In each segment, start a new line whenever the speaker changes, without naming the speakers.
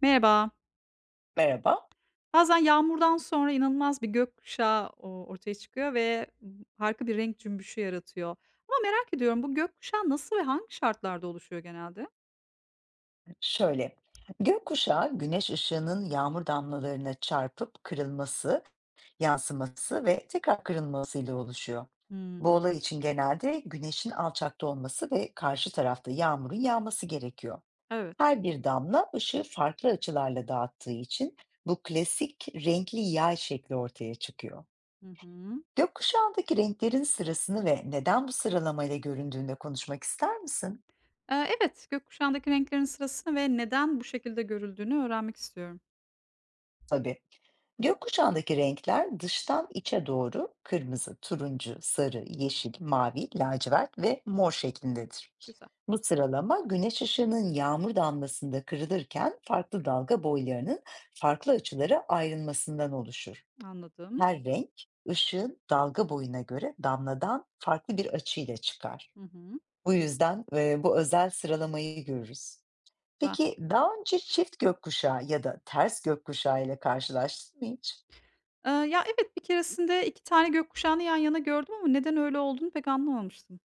Merhaba.
Merhaba.
Bazen yağmurdan sonra inanılmaz bir gökkuşağı ortaya çıkıyor ve harika bir renk cümbüşü yaratıyor. Ama merak ediyorum bu gökkuşağı nasıl ve hangi şartlarda oluşuyor genelde?
Şöyle, gökkuşağı güneş ışığının yağmur damlalarına çarpıp kırılması, yansıması ve tekrar kırılmasıyla oluşuyor. Bu
Hmm,
olay için genelde güneşin alçakta olması ve karşı tarafta yağmurun yağması gerekiyor.
evet.
Her bir damla ışığı farklı açılarla dağıttığı için bu klasik renkli yay şekli ortaya çıkıyor.
Hı hı.
Gökkuşağındaki renklerin sırasını ve neden bu sıralamayla göründüğünde konuşmak ister misin?
Evet, gökkuşağındaki renklerin sırasını ve neden bu şekilde görüldüğünü öğrenmek istiyorum.
Tabii. Gökkuşağındaki renkler dıştan içe doğru kırmızı, turuncu, sarı, yeşil, mavi, lacivert ve mor şeklindedir.
Güzel,
Bu sıralama güneş ışığının yağmur damlasında kırılırken farklı dalga boylarının farklı açılara ayrılmasından oluşur.
anladım.
Her renk ışığın dalga boyuna göre damladan farklı bir açıyla çıkar.
Hı hı,
Bu yüzden bu özel sıralamayı görürüz.
güzel.
Peki daha önce çift gökkuşağı ya da ters gökkuşağı ile karşılaştın mı hiç?
Ya evet, bir keresinde iki tane gökkuşağını yan yana gördüm ama neden öyle olduğunu pek anlamamıştım.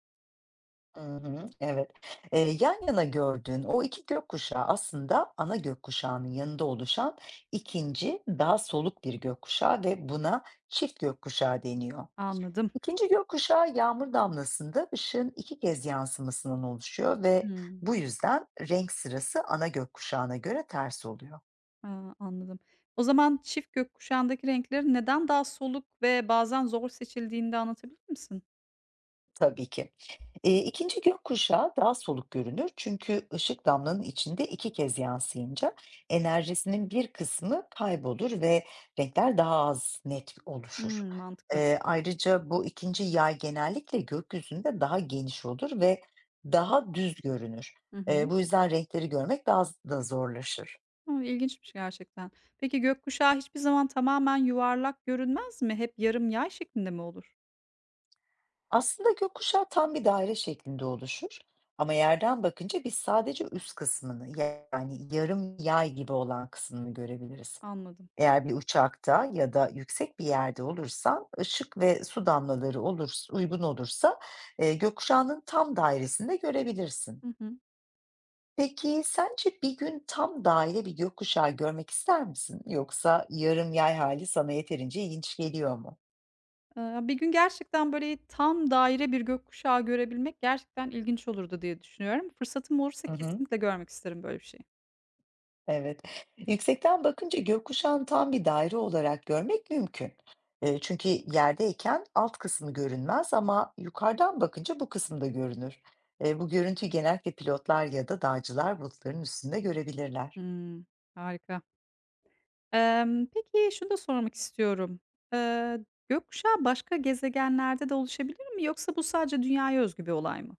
Hı hı, evet. Yan yana gördüğün o iki gökkuşağı aslında ana gökkuşağının yanında oluşan ikinci daha soluk bir gökkuşağı ve buna çift gökkuşağı deniyor.
Anladım.
İkinci gökkuşağı yağmur damlasında ışığın iki kez yansımasından oluşuyor ve
Hmm.
bu yüzden renk sırası ana gökkuşağına göre ters oluyor.
Ha, anladım. O zaman çift gökkuşağındaki renklerin neden daha soluk ve bazen zor seçildiğini de anlatabilir misin?
Tabii ki. 2. gökkuşağı daha soluk görünür çünkü ışık damlanın içinde 2 kez yansıyınca enerjisinin bir kısmı kaybolur ve renkler daha az net oluşur.
Hımm, mantıklı.
Ayrıca bu ikinci yay genellikle gökyüzünde daha geniş olur ve daha düz görünür.
Hı hı.
Bu yüzden renkleri görmek daha z da zorlaşır.
A, ilginçmiş gerçekten. Peki gökkuşağı hiçbir zaman tamamen yuvarlak görünmez mi? Hep yarım yay şeklinde mi olur?
Aslında gökkuşağı tam bir daire şeklinde oluşur ama yerden bakınca biz sadece üst kısmını yani yarım yay gibi olan kısmını görebiliriz.
Anladım.
Eğer bir uçakta ya da yüksek bir yerde olursan ışık ve su damlaları olursa, uygun olursa gökkuşağının tam dairesini de görebilirsin.
Hı hı.
Peki sence bir gün tam daire bir gökkuşağı görmek ister misin? Yoksa yarım yay hali sana yeterince ilginç geliyor mu?
Bir gün gerçekten böyle tam daire bir gökkuşağı görebilmek gerçekten ilginç olurdu diye düşünüyorum. Fırsatım olursa
Hı hı.
kesinlikle görmek isterim böyle bir şey.
Evet. Yüksekten bakınca gökkuşağını tam bir daire olarak görmek mümkün. Çünkü yerdeyken alt kısmı görünmez ama yukarıdan bakınca bu kısım da görünür. Bu görüntüyü genellikle pilotlar ya da dağcılar bulutların üstünde görebilirler.
Hımm, harika. Peki şunu da sormak istiyorum. Gökkuşağı başka gezegenlerde de oluşabilir mi yoksa bu sadece dünyaya özgü bir olay mı?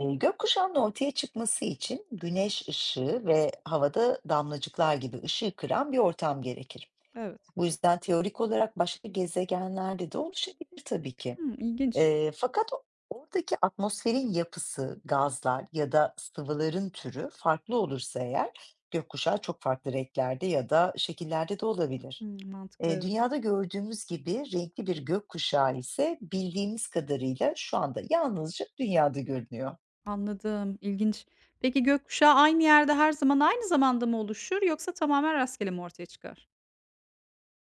Gökkuşağının ortaya çıkması için güneş ışığı ve havada damlacıklar gibi ışığı kıran bir ortam gerekir.
Evet.
Bu yüzden teorik olarak başka gezegenlerde de oluşabilir tabii ki.
Hımm, ilginç.
Fakat oradaki atmosferin yapısı, gazlar ya da sıvıların türü farklı olursa eğer gökkuşağı çok farklı renklerde ya da şekillerde de olabilir.
Hımm, mantıklı evet.
Dünyada gördüğümüz gibi renkli bir gökkuşağı ise bildiğimiz kadarıyla şu anda yalnızca dünyada görünüyor.
Anladım, ilginç. Peki gökkuşağı aynı yerde her zaman aynı zamanda mı oluşur yoksa tamamen rastgele mi ortaya çıkar?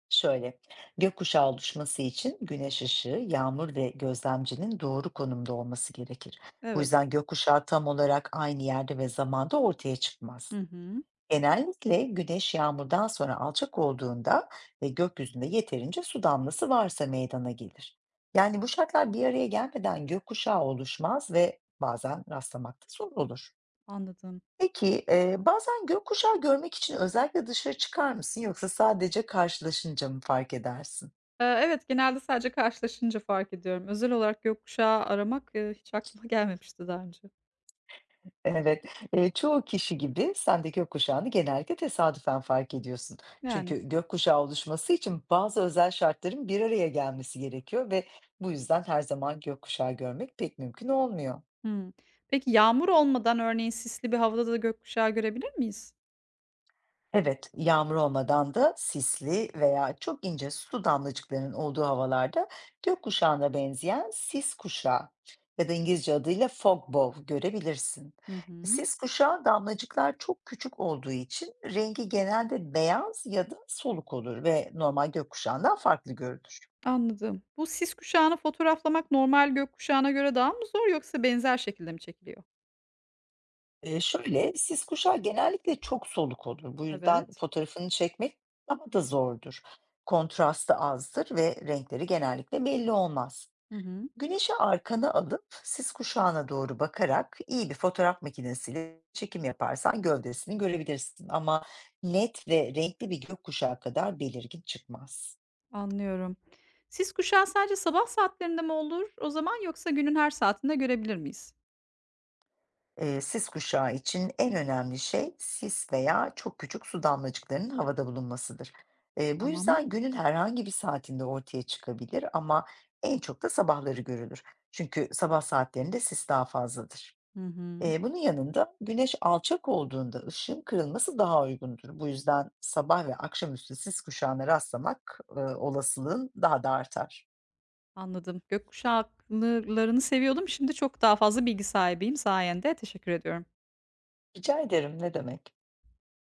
Şöyle, gökkuşağı oluşması için güneş ışığı, yağmur ve gözlemcinin doğru konumda olması gerekir. Bu
Evet.
yüzden gökkuşağı tam olarak aynı yerde ve zamanda ortaya çıkmaz.
Hı hı,
Genellikle güneş yağmurdan sonra alçak olduğunda ve gökyüzünde yeterince su damlası varsa meydana gelir. Yani bu şartlar bir araya gelmeden gökkuşağı oluşmaz ve bazen rastlamakta zor olur.
anladım.
Peki, bazen gökkuşağı görmek için özellikle dışarı çıkar mısın yoksa sadece karşılaşınca mı fark edersin?
Evet, genelde sadece karşılaşınca fark ediyorum. Özel olarak gökkuşağı aramak, hiç aklıma gelmemişti daha önce.
Evet, çoğu kişi gibi sen de gökkuşağını genellikle tesadüfen fark ediyorsun.
Yani.
Çünkü gökkuşağı oluşması için bazı özel şartların bir araya gelmesi gerekiyor ve bu yüzden her zaman gökkuşağı görmek pek mümkün olmuyor.
Hımm. Peki yağmur olmadan örneğin sisli bir havada da gökkuşağı görebilir miyiz?
Evet, yağmur olmadan da sisli veya çok ince su damlacıklarının olduğu havalarda gökkuşağına benzeyen sis kuşağı ya da İngilizce adıyla fog bow görebilirsin.
Hı hı.
Sis kuşağı damlacıklar çok küçük olduğu için rengi genelde beyaz ya da soluk olur ve normal gökkuşağından farklı görünür.
Anladım. Bu sis kuşağını fotoğraflamak normal gökkuşağına göre daha mı zor yoksa benzer şekilde mi çekiliyor?
Şöyle, sis kuşağı genellikle çok soluk olur. Bu yüzden
Evet.
fotoğrafını çekmek daha da zordur. Kontrastı azdır ve renkleri genellikle belli olmaz.
Hı hı.
Güneşi arkana alıp sis kuşağına doğru bakarak iyi bir fotoğraf makinesiyle çekim yaparsan gövdesini görebilirsin ama net ve renkli bir gökkuşağı kadar belirgin çıkmaz.
Anlıyorum. Sis kuşağı sadece sabah saatlerinde mi olur o zaman yoksa günün her saatinde görebilir miyiz?
Sis kuşağı için en önemli şey sis veya çok küçük su damlacıklarının havada bulunmasıdır. Bu
Tamam.
yüzden günün herhangi bir saatinde ortaya çıkabilir ama en çok da sabahları görülür. Çünkü sabah saatlerinde sis daha fazladır.
Hı hı.
Bunun yanında güneş alçak olduğunda ışığın kırılması daha uygundur. Bu yüzden sabah ve akşamüstü sis kuşağına rastlamak, olasılığın daha da artar.
Anladım. Gökkuşaklarını seviyordum. Şimdi çok daha fazla bilgi sahibiyim sayende. Teşekkür ediyorum.
Rica ederim, ne demek.